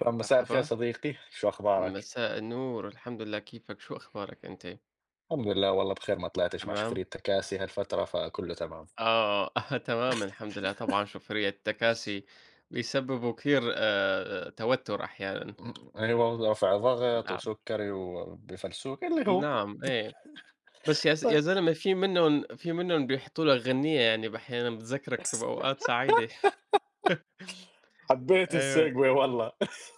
فمساء الخير مرحبا، صديقي، شو أخبارك؟ مساء النور، الحمد لله كيفك؟ شو أخبارك أنت؟ الحمد لله والله بخير، ما طلعتش مع تمام؟ شفريت تكاسي هالفترة فكله تمام. آه، تمام الحمد لله، طبعًا شوفرية التكاسي بيسببوا كثير توتر أحيانًا، أيوه، رفع ضغط نعم، وسكري وبفلسوك اللي هو نعم إيه، بس يا ز طيب. يا زلمة في منّن بيحطوا لك غنيّة يعني أحيانًا بتذكّرك بأوقات سعيدة. حبيت أيوه، السيجواي والله.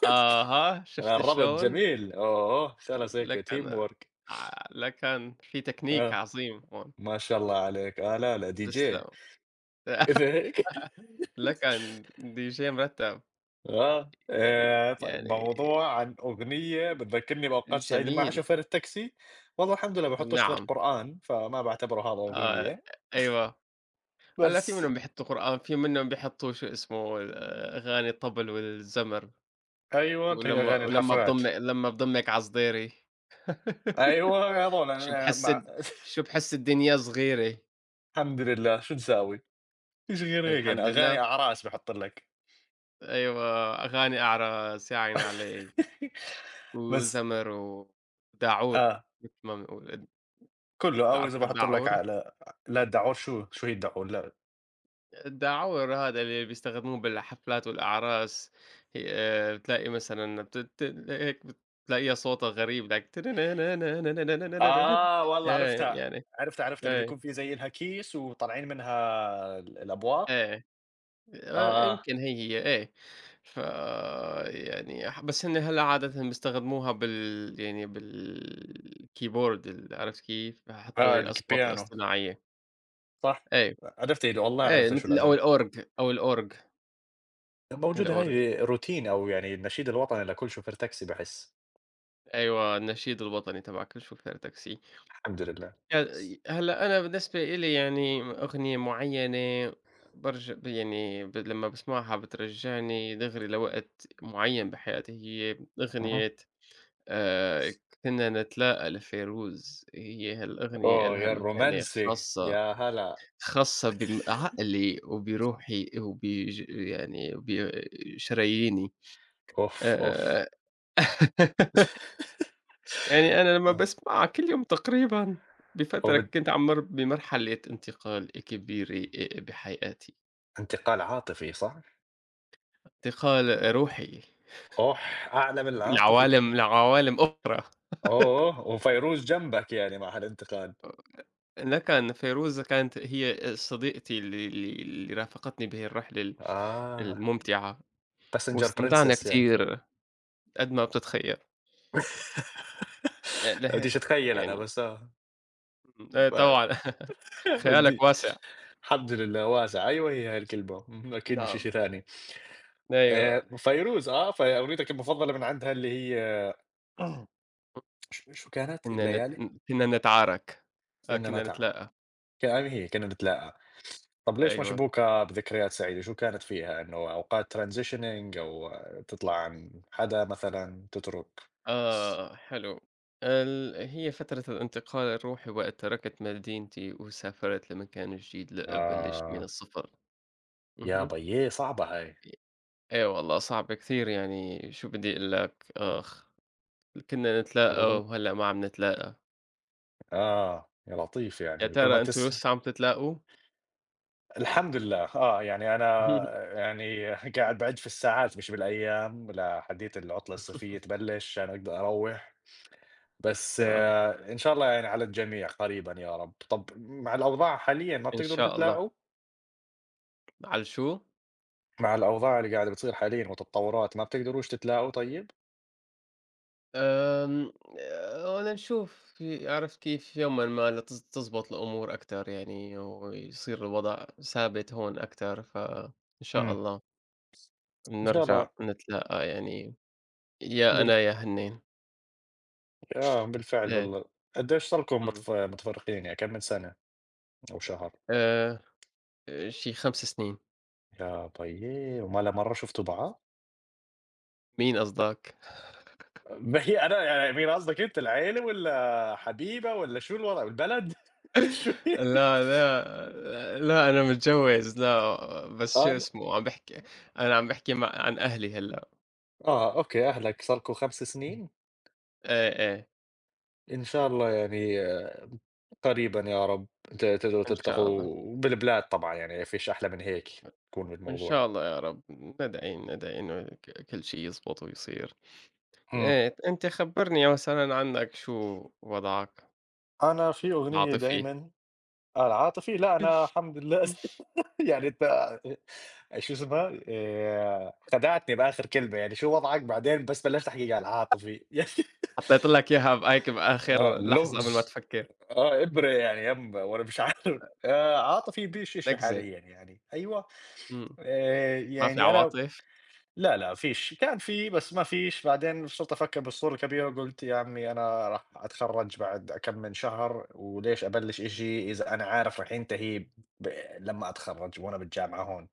أها، شُفت الربط شلون؟ جميل، أوه خلاص هيك لك تيم أنا وورك. ع لك أن في تكنيك آه. عظيم هون، ما شاء الله عليك، آه لا دي جي. تسلم. لا كان DJ مرتّب، آه. يعني طيب، يعني موضوع عن أغنية بتذكّرني بأوقات سعيدة مع جميل، شوفير التاكسي، والله الحمد لله باحطّوش غير نعم، قرآن، فما باعتبره هذا آه، أغنية، أيوه، هلّا في بس منهم بيحطّوا قرآن، في منهم بيحطّوا شو اسمه أغاني الطبل والزمر، أيوه هي ولمّا أغاني ولمّا الحفلات. بضم لمّا بضمِّك عصديري. أيوه هذول شو أنا بحس مع. الد شو بحس الدنيا صغيرة، الحمد لله، شو نساوي؟ فيش غير هيك يعني، الحمد أغاني لله، أعراس باحط لك. أيوه، أغاني أعرس، يا عيني عليك، بس وزمر وداعور، آه، مثل ما بنقول، كلّه أو بتعرف إذا باحط لك الداعور؟ على. لا الداعور، شو هي الداعور؟ لا، الدعاور هذا اللي بيستخدموه بالحفلات والأعراس، هي بتلاقي مثلًا هيك بتلاقيها صوتها غريب like تنننننننننننننننننن. آه والله إيه عرفتها، يعني، عرفتها، عرفتها اللي إيه، بيكون في زي إلها كيس وطالعين منها الأبواق. إيه، آه. يمكن هي إيه، ف يعني ح بس هن هلأ عادةً بيستخدموها يعني بالكيبورد، ال عرفت كيف؟ بيحطوا هي آه، الأصوات الكبيانو الاصطناعية، صح، إيه، عرفت والله إيه عرفت شو مثل الأداة. أو الorg، موجودة، الorg، هاي روتين أو يعني النشيد الوطني لكل شوفير تاكسي باحس، أيوه النشيد الوطني تبعك شو فرتك سي. الحمد لله. يعني هلأ أنا بالنسبة إلي يعني أغنية معيّنة، بارجع ب يعني ب لمّا باسمعها بترجعني دغري لوقت معيّن بحياتي، هي اهم. أغنية آآ كنا نتلاقى لفيروز، هي هالأغنية أوه إلها يا مكانة الرومانسي، خاصة، يا هلا، خاصة عقلي وبروحي يعني وبشراييني. أوف، أوف. آآ يعني أنا لمّا آه. باسمعها كل يوم تقريبًا هو بفترة بد كنت عم أمُر بمرحلة انتقال كبيرة بحياتي، انتقال عاطفي صح؟ انتقال روحي أوح أعلى من العاطفي كمان، لعوالم أخرى. أوه، وفيروز جنبك يعني مع هالانتقال، لكن فيروز كانت هي صديقتي اللي رافقتني بهي الرحلة آه الممتعة، passenger واستمتعنا princess يعني. كتير قد ما بتتخيل. يعني ما له بديش أتخيل أنا يعني بس آه، إيه ب طبعًا. خيالك ودي واسع. الحمد لله واسعة، أيوه هي هاي الكلمة، اهم، أكيد مش إشي نعم، ثاني. أيوه. فيروز آه، فأغنيتك المفضلة من عندها اللي هي شو كانت؟ كنا نت الليالي؟ كنا نتعارك، آه فينا كنا نتعا نتلاقى، كان هي كنا نتلاقى، طب ليش أيوه. مشبوكة بذكريات سعيدة؟ شو كانت فيها؟ إنه أوقات transitioning أو آه، تطلع عن حدا مثلًا، تترك. آه، حلو. هي فترة الانتقال الروحي وقت تركت مدينتي وسافرت لمكان جديد لأبلش من آه، الصفر. يا اهم. بيي صعبة هاي. أي والله صعب كثير يعني شو بدي أقول لك، آخ، كنا نتلاقى الأغن وهلأ ما عم نتلاقى. آه، يا لطيف، يا يعني بكل ما ترى أنتم تسم. لسه عم تتلاقوا؟ الحمد لله، آه، يعني أنا يعني قاعد باعِد في الساعات مش بالأيام لحديت العطلة الصيفية تبلّش عشان أقدر أروّح، بس نعم، آه إن شاء الله يعني على الجميع قريبًا يا رب. طَب مع الأوضاع حاليًا ما إن بتقدروا شاء الله. تتلاقوا؟ على شو؟ مع الأوضاع اللي قاعدة بتصير حاليًا والتطوّرات ما بتقدروش تتلاقوا طيب؟ آمم، أنا نشوف في عرفت كيف يومًا ما ل تز تزبط الأمور أكتر يعني، ويصير الوضع ثابت هون أكتر، فإن شاء إمم. الله لا، لا، بنرجع نتلاقى يعني، يا بال أنا يا هنين. آه، بالفعل إيه، والله. قد إيش صار لكم إمم، متفرّقين يعني كم من سنة أو شهر؟ آآ، شي 5 سنين. يا طيب، وما لا مرّة شُفتوا بعض؟ مين قصدك؟ ما هي أنا يعني مين قصدك أنت، العيلة والّا حبيبة والّا شو الوضع البلد؟ شو هي؟ لا، لا، لا أنا متجوز، لا بس آه، شو اسمه عم باحكي، أنا عم باحكي عن أهلي هلأ. آه، أوكي أهلك صار لكم 5 سنين؟ إيه، إيه، إن شاء الله يعني آه، قريبًا يا رب ت ت إن شاء الله. تلتقوا بالبلاد، طبعًا يعني ما فيش أحلى من هيك يكون إن الموضوع. شاء الله يا رب، ندعي إنه كل شي يزبط ويصير. إمم. أنت خبّرني مثلًا عنك شو وضعك أنا في أغنية العاطفي؟ دايمًا. آه، العاطفي؟ لأ أنا الحمد لله. يعني أنت شو اسمها، خدعتني بآخر كلمة، يعني شو وضعك بعدين بس بلشت أحكي قال عاطفي يعني. حطيت لك إياها هيك آه، بآخر لحظة قبل ما لغز. تفكّر، آه، إبرة يعني يم، وأنا مش عارف. عاطفي بشاشة نكزة. حاليًا يعني، أيوه. إمم، ما في يعني أنا عواطف؟ لا، لا، ما فيش، كان في بس ما فيش، بعدين صرت أفكّر بالصورة الكبيرة وقُلت يا عمي أنا راح أتخرّج بعد كم من شهر، وليش أبلّش إشي إذا أنا عارف راح ينتهي ب لمّا أتخرّج، وأنا بالجامعة هون،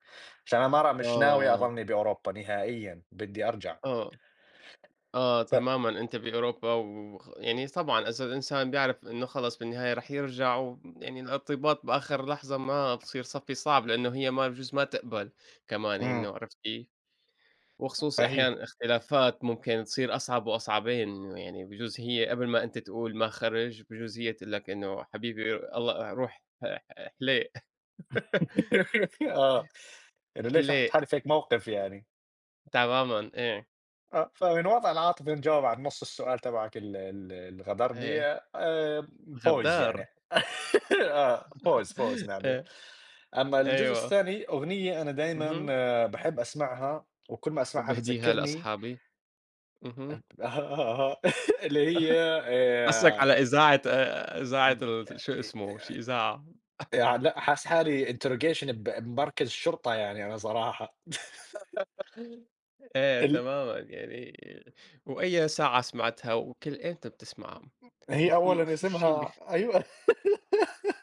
عشان أنا مرة مش ناوي آه، أضلني بأوروبا نهائيًا، بدي أرجع. آه، آه، ف تمامًا أنت بأوروبا يعني طبعًا إذا الإنسان بيعرف إنه خلص بالنهاية رح يرجع يعني الارتباط بآخر لحظة ما بصير صعب، لإنه هي ما بجوز ما تقبل كمان إمم، إنه عرفت كيف؟ وخصوصي فهي أحيانًا اختلافات ممكن تصير أصعب وأصعبين، إنه يعني بجوز هي قبل ما أنت تقول ما خرج، بجوز هي تقول لك إنه حبيبي الله روح حليق. آه، إنه ليش أحُط حليق حالي في هيك موقف يعني. تمامًا، إيه، آه، فمن وضع العاطفي نجاوب على نُص السؤال تبعك ال ال اللي غدرني، إيه آآ pause غدّار. يعني. آه pause pause نعمل. إيه، أمّا الجزء أيوه، الثاني أغنية أنا دايمًا اهم، باحب أسمعها وكل ما أسمعها وباهديها بتذكّرني. لأصحابي، اهم، اللي هي حاسّك آآ على إذاعة إذاعة م شو اسمه، شي إذاعة. يع لأ حاسس حالي interrogation بمركز شرطة يعني أنا صراحة. إيه ال تمامًا، يعني وأي ساعة سمعتها وكل إمتى بتسمعها؟ هي وفي أولًا شو الشي اللي، اسمها أيوه.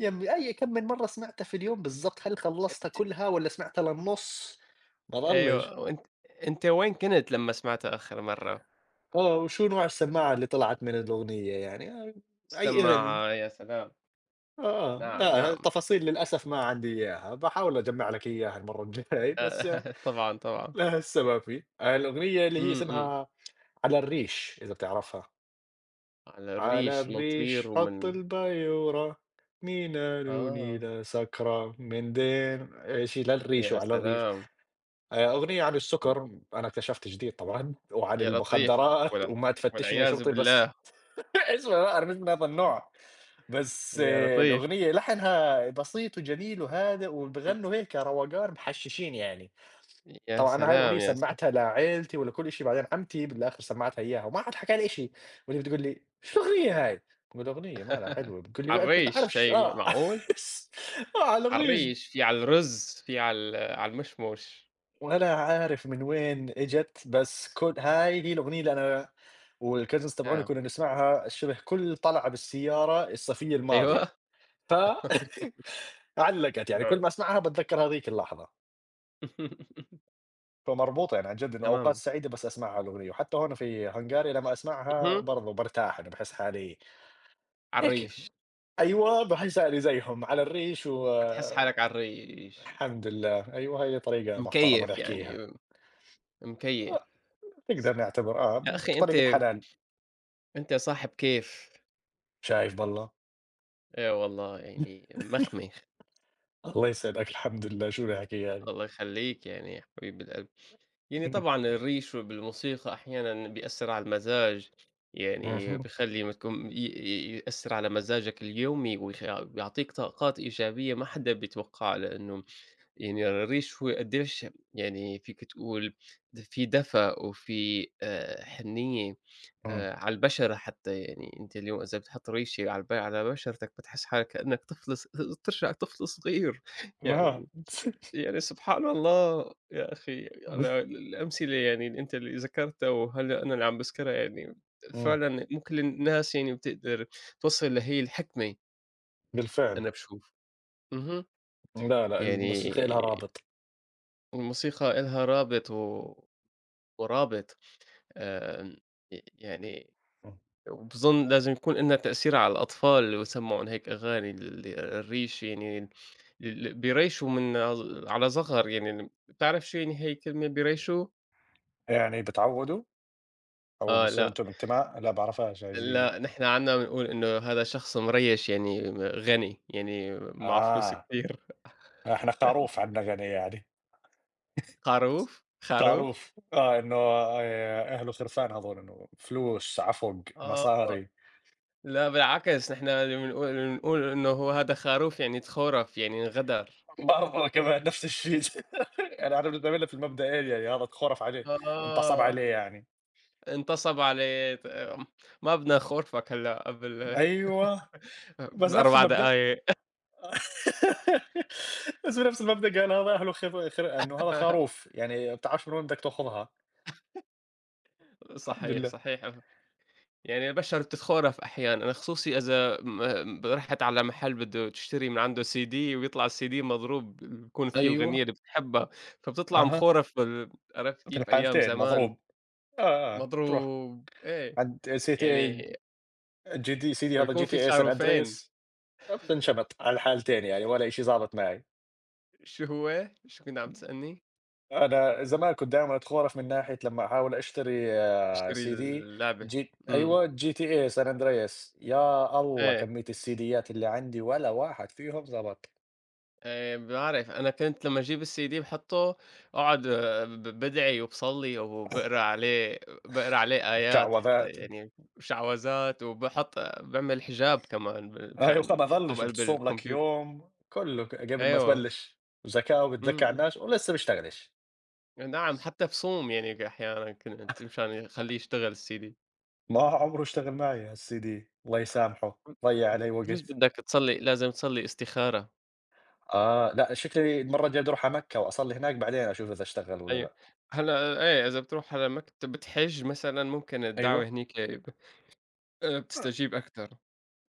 يا عمي أي كم من مرة سمعتها في اليوم بالضبط، هل خلّصتها كلها والّا سمعتها للنُص؟ ما ضلّش. أيوه، وأنتِ، أنتِ وين كنت لمّا سمعته آخر مرّة؟ آه، وشو نوع السماعة اللي طلعت من الأغنية يعني أي إذن. السماعة، يا سلام! آه، نعم، لا نعم. تفاصيل للأسف ما عندي إياها، باحاول أجمّع لك إياها المرّة الجاي. بس آه، طبعًا، طبعًا. لا هسه ما في. الأغنية اللي هي إمم، إمم. اسمها على الريش إذا بتعرفها، على على الريش من طير الريش حُط ومن، البيورة، نينا آه، نونينا سكرة من دين شي للريش يا وعلى الريش. سلام! أغنية عن السُكر، أنا اكتشفت جديد طبعًا، وعن يا لطيف المخدرات وال وما تفتشني يا والعياذ شرطي بس. بالله، اسمع بقى أنا مش من هذا النوع، بس يا آه، لطيف! الأغنية لحنها بسيط وجميل وهادئ إمم. وبيغنوا هيك روقان محششين يعني. يا طبعًا أنا هاي الأغنية سلام، يا س سمّعتها لعيلتي ولكل شي، بعدين عمتي بالآخر سمّعتها إياها وما حد حكى لي إشي، واللي بتقول لي: "شو الأغنية هاي؟" باقول لها: "أغنية مالها حلوة." بتقول لي على بقى: "أنت الريش تعرفش" شيء آه معقول! آه على على الريش، الريش، في على الرز، في على على المشمش. ولا عارف من وين إجت، بس كل هاي هي الأغنية اللي أنا والcousins تبعوني نعم. كنا نسمعها شبه كل طلعة بالسيارة الصيفية الماضية، أيوه، ف علّقت يعني، نعم. كل ما أسمعها باتذكر هاذيك اللحظة، فمربوطة يعني عن جد إنه أوقات تمامًا. سعيدة بس أسمعها الأغنية، وحتى هون في هنغاريا لمّا أسمعها اهم، برضه بارتاح، أنا باحس حالي على هيك. الريش. أيوه باحس حالي زيهم على الريش و بتحس حالك على الريش، الحمد لله، أيوه هي طريقة محترمة مكيّف نحكيها، يعني آه، مكيّف. نقدر نعتبر آه يا أخي أنت، بطريقة حلال، أنت صاحب كيف، شايف بالله. والله يعني مخمخ، الله يسعدك الحمد لله شو الحكي يعني. الله يخلّيك يعني يا حبيب القلب. يعني طبعًا الريش بالموسيقى أحيانًا بيأثّر على المزاج، يعني بيخلّي ما تكون ي ي يأثّر على مزاجك اليومي بيعطيك طاقات إيجابية ما حدا بيتوقّعها، لإنه يعني الريش هو قديش يعني فيك تقول في دفى وفي حنيّة على البشرة حتى يعني، أنتِ اليوم إذا بتحط ريشة على على بشرتك بتحس حالك كأنك طفل ص ترجع طفل صغير. آه. يعني، يعني سبحان الله يا أخي، أنا الأمثلة يعني اللي ذكرتها وهلأ أنا اللي عم باذكرها يعني مم. فعلًا مو كل الناس يعني بتقدر توصل لهي الحكمة، بالفعل. أنا باشوف. اهم، لا يعني الموسيقى لها رابط. الموسيقى إلها رابط و ورابط، آمم، يعني مم. وباظن لازم يكون إلنا تأثير على الأطفال اللي بيسمّعون هيك أغاني الريش يعني ال ال بيريشوا على صغر، يعني بتعرف شو يعني هي الكلمة بيريشوا؟ يعني بتعودوا او آه، بصير لأ، انتم انتماء، لا بعرفهاش هاي جديده. لأ نحن عندنا بنقول إنه هذا شخص مريّش يعني غني، يعني معه فلوس اه كتير. احنا خروف عندنا غني يعني. خروف؟ خروف؟ خروف اه انه آه، اهله خرفان هذول، انه فلوس عفق آه، مصاري. لأ بالعكس نحن بنقول إنه هذا خروف يعني تخورف يعني انغدر. برضه كمان نفس الشيء. انا بالنسبه لي في المبدا إيه يعني هذا تخرف عليه، انتصب آه. عليه يعني. انتصب عليه آمم، مبنى غرفة هلأ قبل ايوه بس نفس ب4 المبدأ. دقايق. بس بنفس المبدأ قال هذا أهله إنه هذا خروف، يعني ما بتعرفش من وين بدك تاخذها. الحمد صحيح، لله. صحيح آه، يعني البشر بتتخورف أحيانًا، خصوصي إذا رحت على محل بده تشتري من عنده CD ويطلع الCD مضروب بيكون فيه أيوه. الغنية اللي بتحبها، فبتطلع أها، مخورف عرفت في كيف أيام الحالتين زمان، مضروب، آه آه تروح مضروب، إيه، عند سي تي اي يعني جي دي سيدي هذا فبيكون جي في تي اي سان صاروفين، اندريس، بتنشمط على الحالتين يعني ولا شيء ظابط معي. شو هو؟ شو كنت عم تسألني؟ انا زمان كنت دائما اتخورف من ناحيه لما احاول اشتري آه، تشتري سي دي اللعبة، جي إمم، ايوه جي تي اي سان اندريس، يا الله إيه. كميه السيديات اللي عندي ولا واحد فيهم ظبط. باعرف، أنا كنت لمّا أجيب الCD باحطّه أقعد آه، بادعي وباصلّي وباقرا عليه، باقرا عليه آيات حتى شعوذات. يعني وشعوذات باعمل حجاب كمان ايوه مشان ما باحطّه ظلش، بقلب بتصوم لك الكمبيوتر. يوم كله قبل ما أيوه. تبلش زكاة إمم، وبتذكى على إمم. الناس ولسه بيشتغلش. نعم، حتى بصوم يعني أحيانًا كنت مشان يخلّيه يشتغل الCD. ما عمره اشتغل معي هالسي دي الله يسامحه، ضيع علي بجوز وقت. بدك تصلّي، لازم تصلّي استخارة. اه لا شكلي المرة الجاية بدي اروح على مكة واصلي هناك بعدين اشوف اذا اشتغل ولا أيوه. لا. هلأ إيه، إذا بتروح على مكتب بتحِج مثلًا ممكن ايوه الدعوة هنيك آه، بتستجيب أكتر.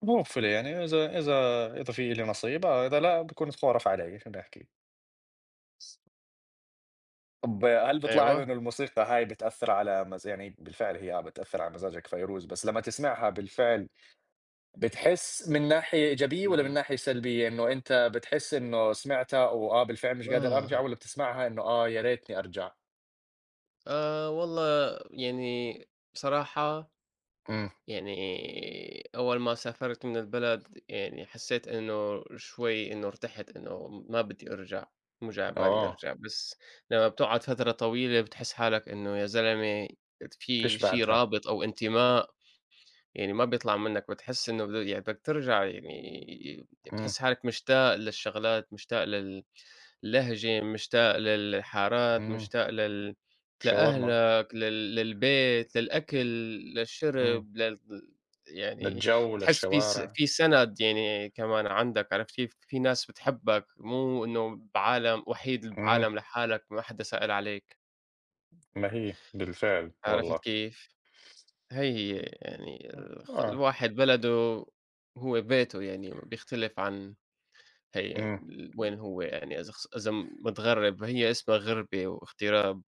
بوفر يعني اذا في لي نصيب، آه، اذا لا بكون تخورف علي شو بدي احكي. طب هل بيطلع لي أيوه، انه الموسيقى هاي بتأثر على مز... يعني بالفعل هي بتأثر على مزاجك، فيروز بس لما تسمعها بالفعل بتحس من ناحية إيجابية والّا من نعم. ناحية سلبية، إنه أنت بتحس إنه سمعتها وآه بالفعل مش قادر أرجع، آه. والّا بتسمعها إنه آه يا ريتني أرجع؟ والله يعني بصراحة إمم، يعني أول ما سافرت من البلد يعني حسّيت إنه شوي إنه ارتحت إنه ما بدي أرجع، مو جاي على بالي آه، أرجع، بس لمّا بتقعد فترة طويلة بتحس حالك إنه يا زلمة في فيش شي بعدها، رابط أو انتماء، يعني ما بيطلع منّك، بتحس إنه يعني بدك ترجع، يعني إمم، بتحس حالك مشتاق للشغلات، مشتاق لهجة، مشتاق للحارات، إمم، مشتاق شاورما، لأهلك، للبيت، للأكل، إمم، للشرب، لل لا يعني الجو لا بتحس في س الشوارع، في سَند يعني كمان عندك، عرفت كيف؟ في ناس بتحبك، مو إنه بعالم وحيد إمم، بعالم لحالك ما حدا سائل عليك، ما هي بالفعل والله، عرفت كيف؟ هي يعني آه، الواحد بلده هو بيته، يعني بيختلف عن هي إمم، وين هو، يعني إذا متغرب، هي اسمها غِربة واغتراب.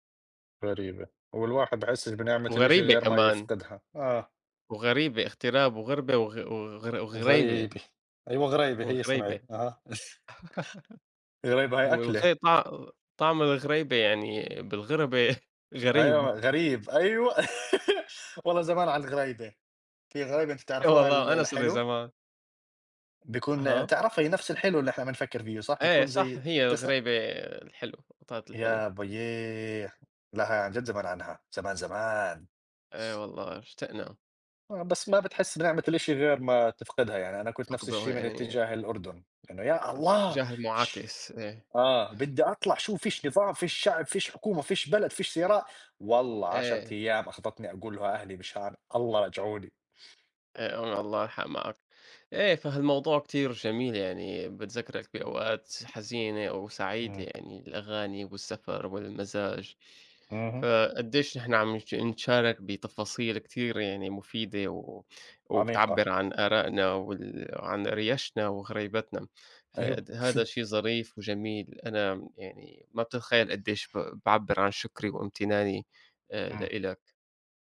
غريبة، والواحد باحسش بنعمة الإشي وغريبة غير ما كمان، يفقدها، آه، وغريبة، اغتراب وغربة وغ وغر وغريبة غريبة، أيوه غريبة هي سمعي، وغريبة، أها، غريبة هاي أكلة. والغ طع طعم الغريبة يعني بالغربة. غريب. أيوه، غريب، أيوه والله زمان على الغرايبة، في غرايبة أنتم تعرفوها والله أنا صار لي الحلو، زمان، بيكون أها، تعرفي نفس الحلو اللي إحنا بنفكّر فيه صح، إيه بتكون صح زي هي تس. الغريبة الحلو، قطعة الحلو، يا ويّيه! لأ هاي عن جد زمان عنها، زمان زمان. إيه والله اشتقنا، آه، بس ما بتحس بنعمة الإشي غير ما تفقدها، يعني أنا كنت نفس فقده الشي من يعني، اتجاه الأردن، إنه يا الله! تجاه ش المُعاكس، إيه، آه، بدي أطلع شوف فيش نظام، فيش شعب، فيش حكومة، فيش بلد، فيش سيارات، والله 10 إيه. أيام أخذتني أقول له أهلي مشان الله رجعوني. الله الحق معك. إيه، فهالموضوع كتير جميل يعني بتذكّرك بأوقات حزينة أو سعيدة إمم. يعني الأغاني والسفر والمزاج، اهم، فقديش نحن عم نش نتشارك بتفاصيل كتير يعني مفيدة عميقة، وبتعبّر عن آرائنا عن ريشنا وغريبتنا، أيوه. هذا شي ظريف وجميل. أنا يعني ما بتتخيّل قديش باعبّر عن شكري وامتناني إمم. لإلك،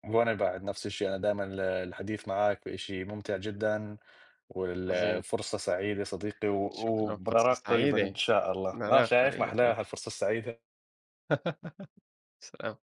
وأنا بعد نفس الشيء، أنا دايمًا الحديث معاك شيء ممتع جدًا، عظيم. والفرصة سعيدة صديقي، شكرًا، فرصة ونراك قريبًا إن سعيدة. شاء الله، من آه العراق شايف ما تقريبًا، أي. أحلاها الفرصة السعيدة. سلام.